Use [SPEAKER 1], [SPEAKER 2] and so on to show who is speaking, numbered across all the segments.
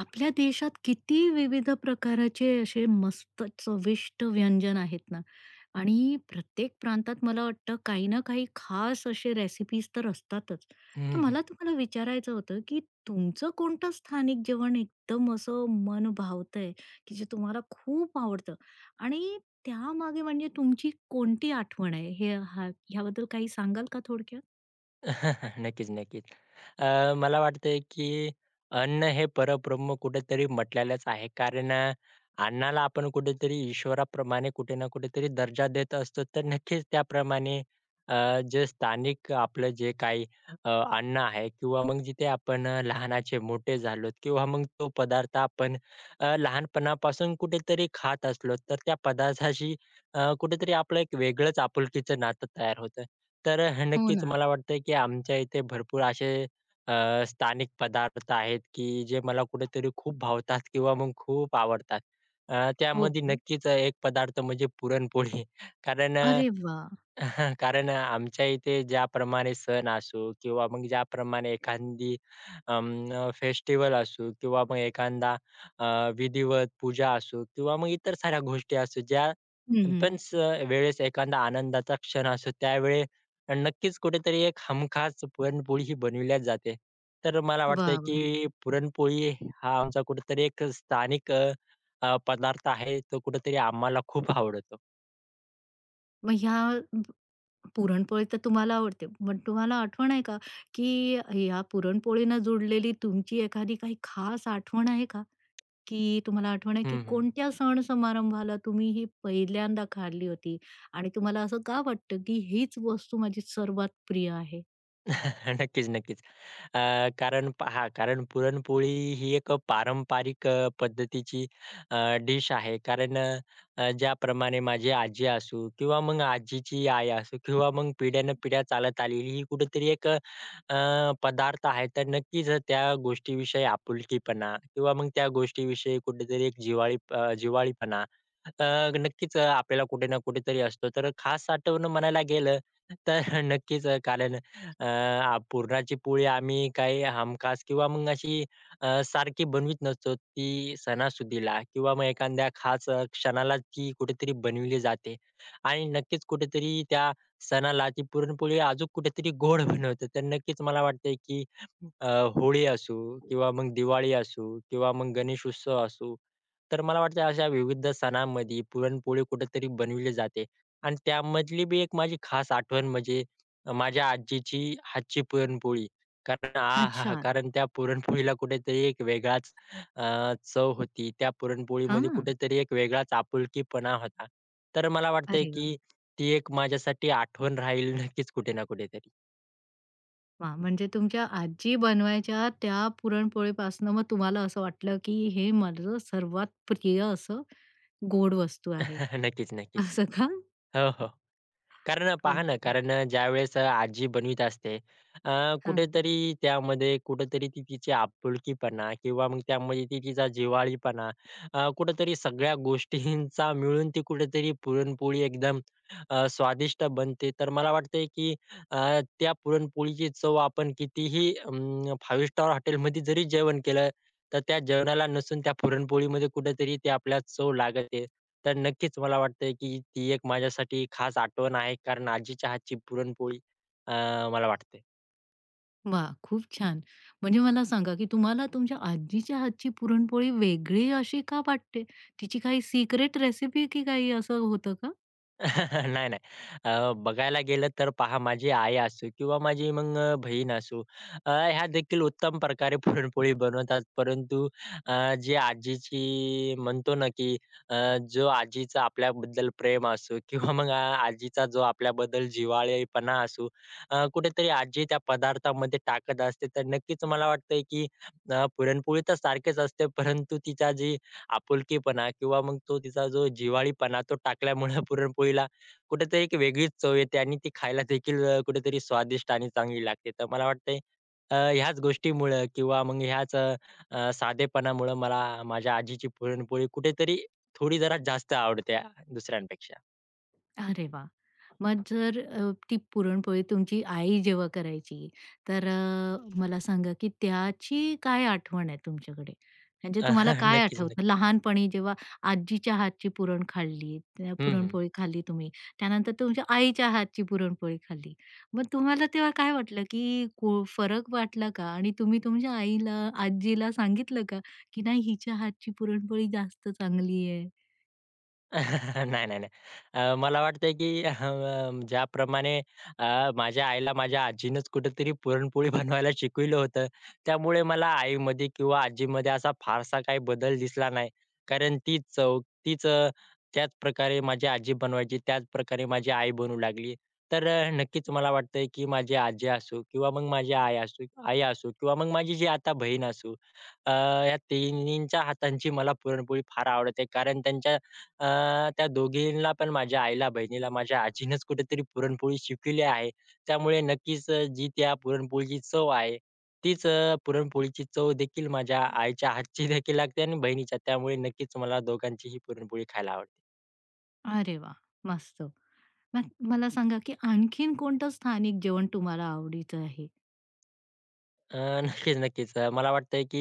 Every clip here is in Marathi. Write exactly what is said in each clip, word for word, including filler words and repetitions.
[SPEAKER 1] आपल्या देशात किती विविध प्रकाराचे असे मस्त चविष्ट व्यंजन आहेत ना आणि प्रत्येक प्रांतात मला वाटतं काही ना काही खास असे रेसिपीज तर असतातच.
[SPEAKER 2] हं,
[SPEAKER 1] तर
[SPEAKER 2] हं.
[SPEAKER 1] मला तुम्हाला विचारायचं होतं, की तुमचं कोणतं स्थानिक जेवण एकदम असं मन भावतंय, की जे तुम्हाला खूप आवडतं आणि त्यामागे म्हणजे तुमची कोणती आठवण आहे? हे हा ह्याबद्दल काही सांगाल का थोडक्यात?
[SPEAKER 2] नक्कीच, नक्कीच. अ, मला वाटतंय की अन्न हे परब्रह्म कुठेतरी म्हटलेलंच आहे. कारण अ, अन्नाला आपण कुठेतरी ईश्वराप्रमाणे कुठे ना कुठेतरी दर्जा देत असतो. तर नक्कीच त्याप्रमाणे अ, जे स्थानिक आपलं जे काही अ, अन्न आहे किंवा मग जिथे आपण अ, लहानाचे मोठे झालोत किंवा मग तो पदार्थ आपण अ, लहानपणापासून कुठेतरी खात असलो, तर त्या पदार्थाशी अ, कुठेतरी आपलं एक वेगळंच आपुलकीचं नातं तयार होतं. तर अ,
[SPEAKER 1] हो
[SPEAKER 2] नक्कीच
[SPEAKER 1] ना.
[SPEAKER 2] मला वाटतंय, की आमच्या इथे भरपूर असे अ, स्थानिक पदार्थ आहेत, की जे मला कुठेतरी खूप भावतात किंवा मग खूप आवडतात. अ,
[SPEAKER 1] हो
[SPEAKER 2] त्यामध्ये
[SPEAKER 1] का?
[SPEAKER 2] नक्कीच एक पदार्थ म्हणजे पुरणपोळी. कारण अ,
[SPEAKER 1] अरे वाह!
[SPEAKER 2] कारण अ, आमच्या इथे ज्याप्रमाणे सण असो किंवा मग ज्याप्रमाणे एखादी अं, अ, फेस्टिव्हल असो किंवा मग एखादा अ, विधिवत पूजा असो किंवा मग इतर साऱ्या गोष्टी असो ज्या
[SPEAKER 1] हं, हं.
[SPEAKER 2] पण स वेळेस एखादा आनंदाचा क्षण असो त्यावेळी नक्कीच कुठेतरी एक हमखास पुरणपोळी ही बनविल्याच जाते. तर मला वाटतंय
[SPEAKER 1] वाह, वाह!
[SPEAKER 2] की पुरणपोळी हा आमचा कुठेतरी एक स्थानिक अ, अ, पदार्थ आहे. तो कुठेतरी आम्हाला खूप आवडतो.
[SPEAKER 1] मग ह्या पुरणपोळी तर तुम्हाला आवडते. पण तुम्हाला आठवण आहे का, की या पुरणपोळीनं जुडलेली तुमची एखादी काही खास आठवण आहे का? की तुम्हाला आठवण आहे, की
[SPEAKER 2] हं, हं.
[SPEAKER 1] कोणत्या सण-समारंभाला तुम्ही ही पहिल्यांदा खाल्ली होती? आणि तुम्हाला असं का वाटतं, की हीच वस्तू माझी सर्वात प्रिय आहे?
[SPEAKER 2] नक्कीच, नक्कीच. अ, कारण पहा कारण पुरणपोळी ही एक पारंपरिक अ, पद्धतीची अ, डिश आहे. कारण अ, अ, ज्याप्रमाणे माझी आजी असू किंवा मग आजीची आई असू किंवा मग पिढ्यानपिढ्या पिढ्या चालत आलेली ही कुठेतरी एक अ, अ, पदार्थ आहे. तर नक्कीच त्या गोष्टीविषयी आपुलकीपणा किंवा मग त्या गोष्टीविषयी कुठेतरी एक जिव्हाळी अ, जिव्हाळीपणा अ, नक्कीच आपल्याला कुठे ना कुठेतरी असतो. तर खास आठवण म्हणायला गेलं तर नक्कीच कारण अ, आ पुरणाची पोळी आम्ही काही हमखास किंवा मग अशी अ, सारखी बनवीत नसतो. ती सणासुदीला किंवा मग एखाद्या खास अ, क्षणाला ती कुठेतरी बनविली जाते आणि नक्कीच कुठेतरी त्या सणाला ती पुरणपोळी अजून कुठेतरी गोड बनवते. तर नक्कीच मला वाटतंय की अ, होळी असू किंवा मग दिवाळी असू किंवा मग गणेश उत्सव असू, तर मला वाटतं अशा विविध सणांमध्ये पुरणपोळी कुठेतरी बनविली जाते आणि त्यामधली बी एक माझी खास आठवण म्हणजे माझ्या आजीची हातची पुरणपोळी. कारण आहाहा!
[SPEAKER 1] अच्छा.
[SPEAKER 2] कारण त्या पुरणपोळीला कुठेतरी एक वेगळाच अ, चव होती. त्या पुरणपोळीमध्ये
[SPEAKER 1] हां.
[SPEAKER 2] कुठेतरी एक वेगळाच आपुलकीपणा होता. तर मला वाटतंय
[SPEAKER 1] अरे वाह!
[SPEAKER 2] की ती एक माझ्यासाठी आठवण राहील नक्कीच कुठे ना कुठेतरी.
[SPEAKER 1] वाह! म्हणजे तुमच्या आजी बनवायच्या त्या पुरणपोळीपासनं मग तुम्हाला असं वाटलं, की हे माझं सर्वात प्रिय असं गोड वस्तू आहे.
[SPEAKER 2] नक्कीच, नक्कीच.
[SPEAKER 1] असं का?
[SPEAKER 2] हो, हो. कारण अ, पहा ना,
[SPEAKER 1] अच्छा.
[SPEAKER 2] कारण अ, ज्यावेळेस अ, आजी बनवीत असते अ,
[SPEAKER 1] हां.
[SPEAKER 2] कुठेतरी त्यामध्ये कुठेतरी ती तिची आपुलकीपणा किंवा मग त्यामध्ये ती तिचा जिव्हाळीपणा अ, कुठेतरी सगळ्या गोष्टींचा मिळून ती कुठेतरी पुरणपोळी एकदम अ, स्वादिष्ट बनते. तर मला वाटतंय की अ, त्या पुरणपोळीची चव आपण कितीही अं, स्टार हॉटेलमध्ये जरी जेवण केलं, तर त्या जेवणाला नसून त्या पुरणपोळीमध्ये कुठेतरी ती आपल्याला चव लागते. तर नक्कीच मला वाटतंय, की ती एक माझ्यासाठी खास आठवण आहे कारण आजीच्या हातची पुरणपोळी अ, मला वाटते.
[SPEAKER 1] वा, खूप छान. म्हणजे मला सांगा, की तुम्हाला तुमच्या आजीच्या हातची पुरणपोळी वेगळी अशी का वाटते? तिची काही सिक्रेट रेसिपी की काही असं होतं का?
[SPEAKER 2] नाही, नाही. अ, बघायला गेलं तर पहा माझी आई असो किंवा माझी मग अ, बहीण असो अ, ह्या देखील उत्तम प्रकारे पुरणपोळी बनवतात. परंतु अ, जी आजीची म्हणतो ना, की अ, जो आजीचा आपल्याबद्दल प्रेम असो किंवा मग आ आजीचा जो आपल्याबद्दल जिव्हाळेपणा असो अ, कुठेतरी आजी त्या पदार्थामध्ये टाकत असते. तर नक्कीच मला वाटतंय, की अ, पुरणपोळी तर सारखीच असते, परंतु तिचा जी आपुलकीपणा किंवा मग तो तिचा जो जिव्हाळीपणा तो टाकल्यामुळे पुरणपोळीला कुठेतरी एक वेगळीच चव येते आणि ती खायला देखील अ, कुठेतरी स्वादिष्ट आणि चांगली लागते. तर मला वाटतंय अ, ह्याच गोष्टीमुळं किंवा मग ह्याच अ, अ, साधेपणामुळं मला माझ्या आजीची पुरणपोळी कुठेतरी थोडी जरा जास्त आवडते अ, दुसऱ्यांपेक्षा.
[SPEAKER 1] अरे वाह! मग जर अ, ती पुरणपोळी तुमची आई जेव्हा करायची, तर अ, मला सांगा की त्याची काय आठवण आहे तुमच्याकडे? म्हणजे तुम्हाला काय
[SPEAKER 2] नक्कीच,
[SPEAKER 1] आठवतं?
[SPEAKER 2] नक्कीच.
[SPEAKER 1] लहानपणी जेव्हा आजीच्या हातची पुरण खाल्ली, त्या
[SPEAKER 2] हं, हं.
[SPEAKER 1] पुरणपोळी खाल्ली तुम्ही, त्यानंतर तुमच्या आईच्या हातची पुरणपोळी खाल्ली. मग तुम्हाला तेव्हा काय वाटलं की को फरक वाटला का? आणि तुम्ही तुमच्या आईला, आजीला सांगितलं का की नाही हिच्या हातची पुरणपोळी जास्त चांगली आहे?
[SPEAKER 2] नाही, नाही, नाही. अ, मला वाटतंय की अ, म, ज्याप्रमाणे अ, माझ्या आईला माझ्या आजीनंच कुठेतरी पुरणपोळी बनवायला शिकविलं होतं, त्यामुळे मला आईमध्ये किंवा आजीमध्ये असा फारसा काही बदल दिसला नाही. कारण ती चव, तीच अ, त्याच प्रकारे माझी आजी बनवायची, त्याच प्रकारे माझी आई बनवू लागली. तर अ, नक्कीच मला वाटतंय की माझी आजी असो किंवा मग माझी आई असो आई असो किंवा मग माझी जी आता बहीण असो, अ, या तिन्हींच्या हातांची मला पुरणपोळी फार आवडते. कारण त्यांच्या अ, त्या दोघींना पण माझ्या आईला, बहिणीला माझ्या आजीनंच कुठेतरी पुरणपोळी शिकविली आहे. त्यामुळे नक्कीच अ, जी त्या पुरणपोळीची चव आहे, तीच अ, पुरणपोळीची चव देखील माझ्या आईच्या हातची देखील लागते आणि बहिणीच्या. त्यामुळे नक्कीच मला दोघांचीही पुरणपोळी खायला आवडते.
[SPEAKER 1] अरे वाह! मस्त. मग मला सांगा, की आणखीन कोणतं स्थानिक जेवण तुम्हाला आवडीचं आहे?
[SPEAKER 2] अ, नक्कीच, नक्कीच. अ, मला वाटतंय की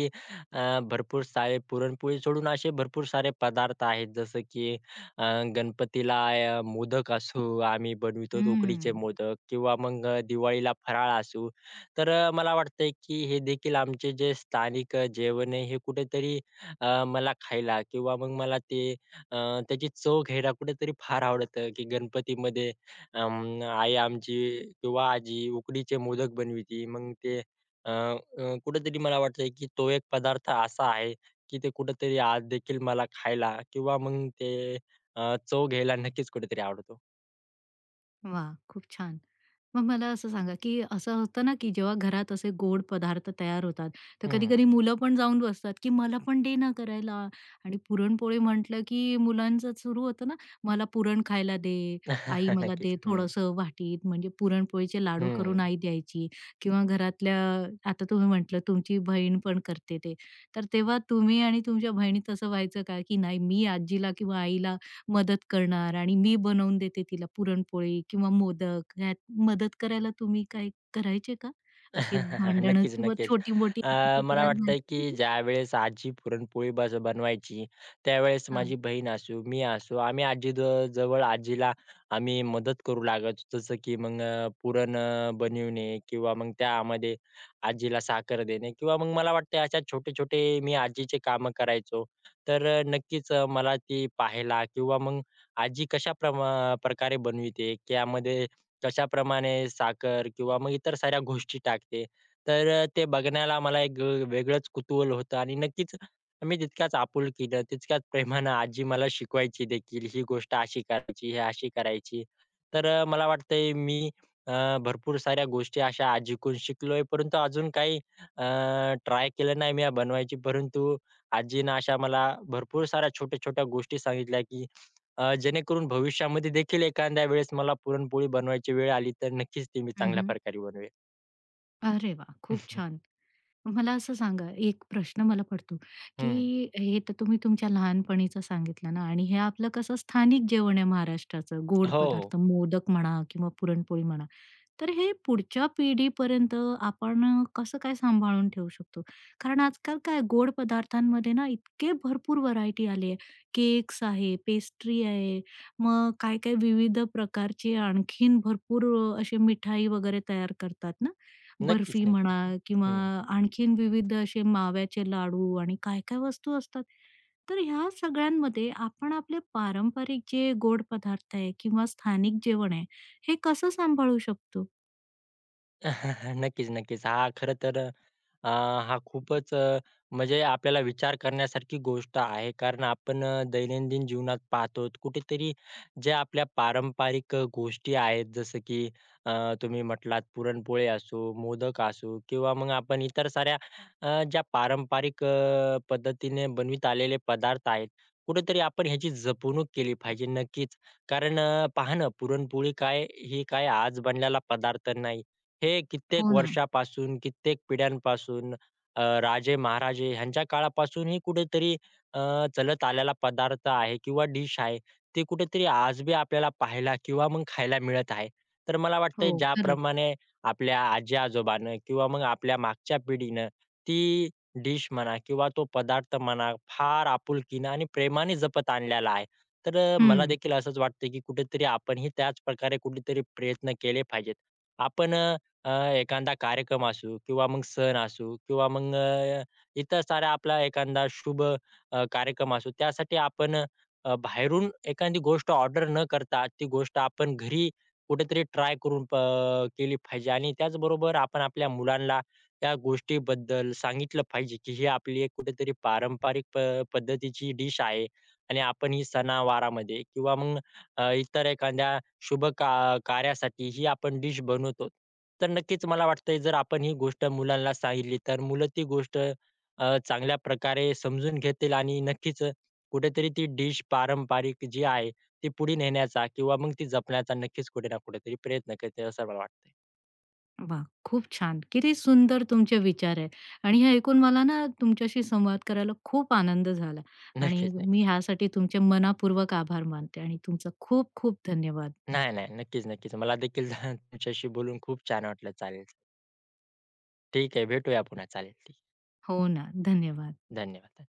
[SPEAKER 2] अ, भरपूर सारे पुरणपोळी सोडून असे भरपूर सारे पदार्थ आहेत जसं की अ, गणपतीला अ, मोदक असो आम्ही बनवितो उकडीचे
[SPEAKER 1] हम्म.
[SPEAKER 2] मोदक किंवा मग अ, दिवाळीला फराळ असो. तर अ, मला वाटतंय की हे देखील आमचे जे स्थानिक अ, जेवण आहे हे कुठेतरी अ, मला खायला किंवा मग मला ते अ, त्याची चव घ्यायला कुठेतरी फार आवडतं की गणपतीमध्ये अं, आई आमची किंवा आजी उकडीचे मोदक बनविती. मग ते अ, अ, कुठेतरी मला वाटतंय की तो एक पदार्थ असा आहे की ते कुठेतरी आज देखील मला खायला किंवा मग ते अ, चव घ्यायला नक्कीच कुठेतरी आवडतो.
[SPEAKER 1] वा, खूप छान. मग मला असं सांगा, की असं होतं ना, की जेव्हा घरात असे गोड पदार्थ तयार होतात, तर
[SPEAKER 2] हं, हं.
[SPEAKER 1] कधी-कधी मुलं पण जाऊन बसतात, की "मला पण दे ना करायला" आणि पुरणपोळी म्हटलं, की मुलांचं सुरू होतं ना, "मला पुरण खायला दे, आई मला
[SPEAKER 2] नक्कीच.
[SPEAKER 1] दे
[SPEAKER 2] हं,
[SPEAKER 1] थोडंसं वाटीत." म्हणजे पुरणपोळीचे लाडू
[SPEAKER 2] हं.
[SPEAKER 1] करून आई द्यायची किंवा घरातल्या आता तुम्ही म्हटलं तुमची बहीण पण करते ते. तर तेव्हा तुम्ही आणि तुमच्या बहिणी तसं व्हायचं का, की नाही मी आजीला किंवा आईला मदत करणार आणि मी बनवून देते तिला पुरणपोळी किंवा मोदक ह्यात मदत करायला तुम्ही काय करायचे का? अशी भांडणं
[SPEAKER 2] नक्कीच,
[SPEAKER 1] किंवा
[SPEAKER 2] नक्कीच.
[SPEAKER 1] छोटी-मोठी
[SPEAKER 2] अ, मला
[SPEAKER 1] तक्रार
[SPEAKER 2] वाटतंय की
[SPEAKER 1] व्हायची?
[SPEAKER 2] ज्यावेळेस आजी पुरणपोळी बज बनवायची, त्यावेळेस माझी
[SPEAKER 1] हां.
[SPEAKER 2] बहीण असू, मी असू, आम्ही आजी द जवळ आजीला आम्ही मदत करू लागत. जसं की मग अ, पुरण अ, बनविणे किंवा मग त्यामध्ये आजीला साखर देणे किंवा मग मला वाटते अशा छोटे-छोटे मी आजीचे कामं करायचो. तर अ, नक्कीच अ, मला ती पाहायला किंवा मग आजी कशा प्रमा प्रकारे बनविते त्यामध्ये कशाप्रमाणे साखर किंवा मग इतर साऱ्या गोष्टी टाकते. तर अ, ते बघण्याला मला एक अ, वेगळंच कुतूहल होतं आणि नक्कीच मी तितक्याच आपुलकीनं, तितक्याच प्रेमानं आजी मला शिकवायची देखील, ही गोष्ट अशी करायची, हे अशी करायची. तर अ, मला वाटतंय मी अ, भरपूर साऱ्या गोष्टी अशा आजीकडून शिकलोय, परंतु अजून काही ट्राय केलं नाही मी या बनवायची. परंतु आजीनं अशा मला भरपूर साऱ्या छोट्या-छोट्या गोष्टी सांगितल्या, की अ, जेणेकरून भविष्यामध्ये देखील एखाद्या वेळेस मला पुरणपोळी बनवायची वेळ आली तर नक्कीच ती मी
[SPEAKER 1] हं,
[SPEAKER 2] चांगल्या
[SPEAKER 1] हं.
[SPEAKER 2] प्रकारे बनवेल.
[SPEAKER 1] अरे वाह! खूप छान. मला असं सांगा, एक प्रश्न मला पडतो,
[SPEAKER 2] हं.
[SPEAKER 1] की हे तर तुम्ही तुमच्या लहानपणीचं सांगितलं ना आणि हे आपलं कसं स्थानिक जेवण आहे महाराष्ट्राचं, गोड
[SPEAKER 2] हो, हो.
[SPEAKER 1] पदार्थ, मोदक म्हणा किंवा पुरणपोळी म्हणा. तर हे पुढच्या पिढीपर्यंत आपण अ, कसं काय सांभाळून ठेवू शकतो? कारण आजकाल काय गोड पदार्थांमध्ये ना इतके भरपूर व्हरायटी आली आहे. केक्स आहे, पेस्ट्री आहे, मग काय-काय विविध प्रकारचे आणखीन भरपूर असे मिठाई वगैरे तयार करतात ना.
[SPEAKER 2] नक्कीच,
[SPEAKER 1] बर्फी म्हणा
[SPEAKER 2] नक्कीच.
[SPEAKER 1] किंवा
[SPEAKER 2] हं.
[SPEAKER 1] आणखीन विविध असे माव्याचे लाडू आणि काय काय वस्तू असतात. तर ह्या सगळ्यांमध्ये आपण आपले पारंपरिक जे गोड पदार्थ आहे किंवा स्थानिक जेवण आहे, हे कसं सांभाळू शकतो?
[SPEAKER 2] नक्कीच, नक्कीच. हा खरं तर अ, हा खूपच अ, म्हणजे आपल्याला विचार करण्यासारखी गोष्ट आहे. कारण आपण अ, दैनंदिन जीवनात पाहतो कुठेतरी ज्या आपल्या पारंपरिक अ, गोष्टी आहेत जसं की अ, तुम्ही म्हटलात पुरणपोळी असो, मोदक असो किंवा मग आपण इतर साऱ्या अ, ज्या पारंपरिक अ, पद्धतीने बनवीत आलेले पदार्थ आहेत. कुठेतरी आपण ह्याची जपवणूक केली पाहिजे नक्कीच. कारण अ, पहा ना पुरणपोळी काय, ही काय आज बनलेला पदार्थ नाही. हे कित्येक
[SPEAKER 1] हो ना.
[SPEAKER 2] वर्षापासून, कित्येक पिढ्यांपासून अ, राजे-महाराजे ह्यांच्या काळापासूनही कुठेतरी अ, चलत आलेला पदार्थ आहे किंवा डिश आहे, ते कुठेतरी आज बी आपल्याला पाहायला किंवा मग खायला मिळत आहे. तर मला
[SPEAKER 1] हो,
[SPEAKER 2] वाटतंय
[SPEAKER 1] खरंच.
[SPEAKER 2] ज्याप्रमाणे आपल्या आजी-आजोबानं किंवा मग आपल्या मागच्या पिढीनं ती डिश म्हणा किंवा तो पदार्थ म्हणा, फार आपुलकीनं आणि प्रेमाने जपत आणलेला आहे. तर अ, मला
[SPEAKER 1] हं.
[SPEAKER 2] देखील असंच वाटतं, की कुठेतरी आपणही त्याच प्रकारे कुठेतरी प्रयत्न केले पाहिजेत. आपण अ, एखादा कार्यक्रम असू किंवा मग सण असू किंवा मग अ, इतर सारा आपला एखादा शुभ अ, कार्यक्रम असू, त्यासाठी आपण अ, बाहेरून एखादी गोष्ट ऑर्डर न करता ती गोष्ट आपण घरी कुठेतरी ट्राय करून प केली पाहिजे आणि त्याचबरोबर आपण आपल्या मुलांना त्या गोष्टीबद्दल सांगितलं पाहिजे, की ही आपली एक कुठेतरी पारंपरिक प पद्धतीची डिश आहे आणि आपण ही सणावारामध्ये किंवा मग अ, इतर एखाद्या शुभ का कार्यासाठी ही आपण डिश बनवतो. तर नक्कीच मला वाटतंय जर आपण ही गोष्ट मुलांना सांगितली तर मुलं ती गोष्ट अ, चांगल्या प्रकारे समजून घेतील आणि नक्कीच अ, कुठेतरी ती डिश पारंपरिक जी आहे ती पुढे नेण्याचा किंवा मग ती जपण्याचा नक्कीच कुठे ना कुठेतरी प्रयत्न करतील असं मला वाटतंय.
[SPEAKER 1] वाह! खूप छान. किती सुंदर तुमचे विचार आहेत आणि हे ऐकून मला ना तुमच्याशी संवाद करायला खूप आनंद झाला आणि
[SPEAKER 2] नक्कीच, नक्कीच.
[SPEAKER 1] मी ह्यासाठी तुमचे मनापूर्वक आभार मानते आणि तुमचा खूप खूप धन्यवाद.
[SPEAKER 2] नाही, नाही. नक्कीच, नक्कीच. मला देखील तुमच्याशी बोलून खूप छान वाटलं. चालेल. ठीक आहे. भेटूया पुन्हा. चालेल. ठीक.
[SPEAKER 1] हो ना. धन्यवाद.
[SPEAKER 2] धन्यवाद.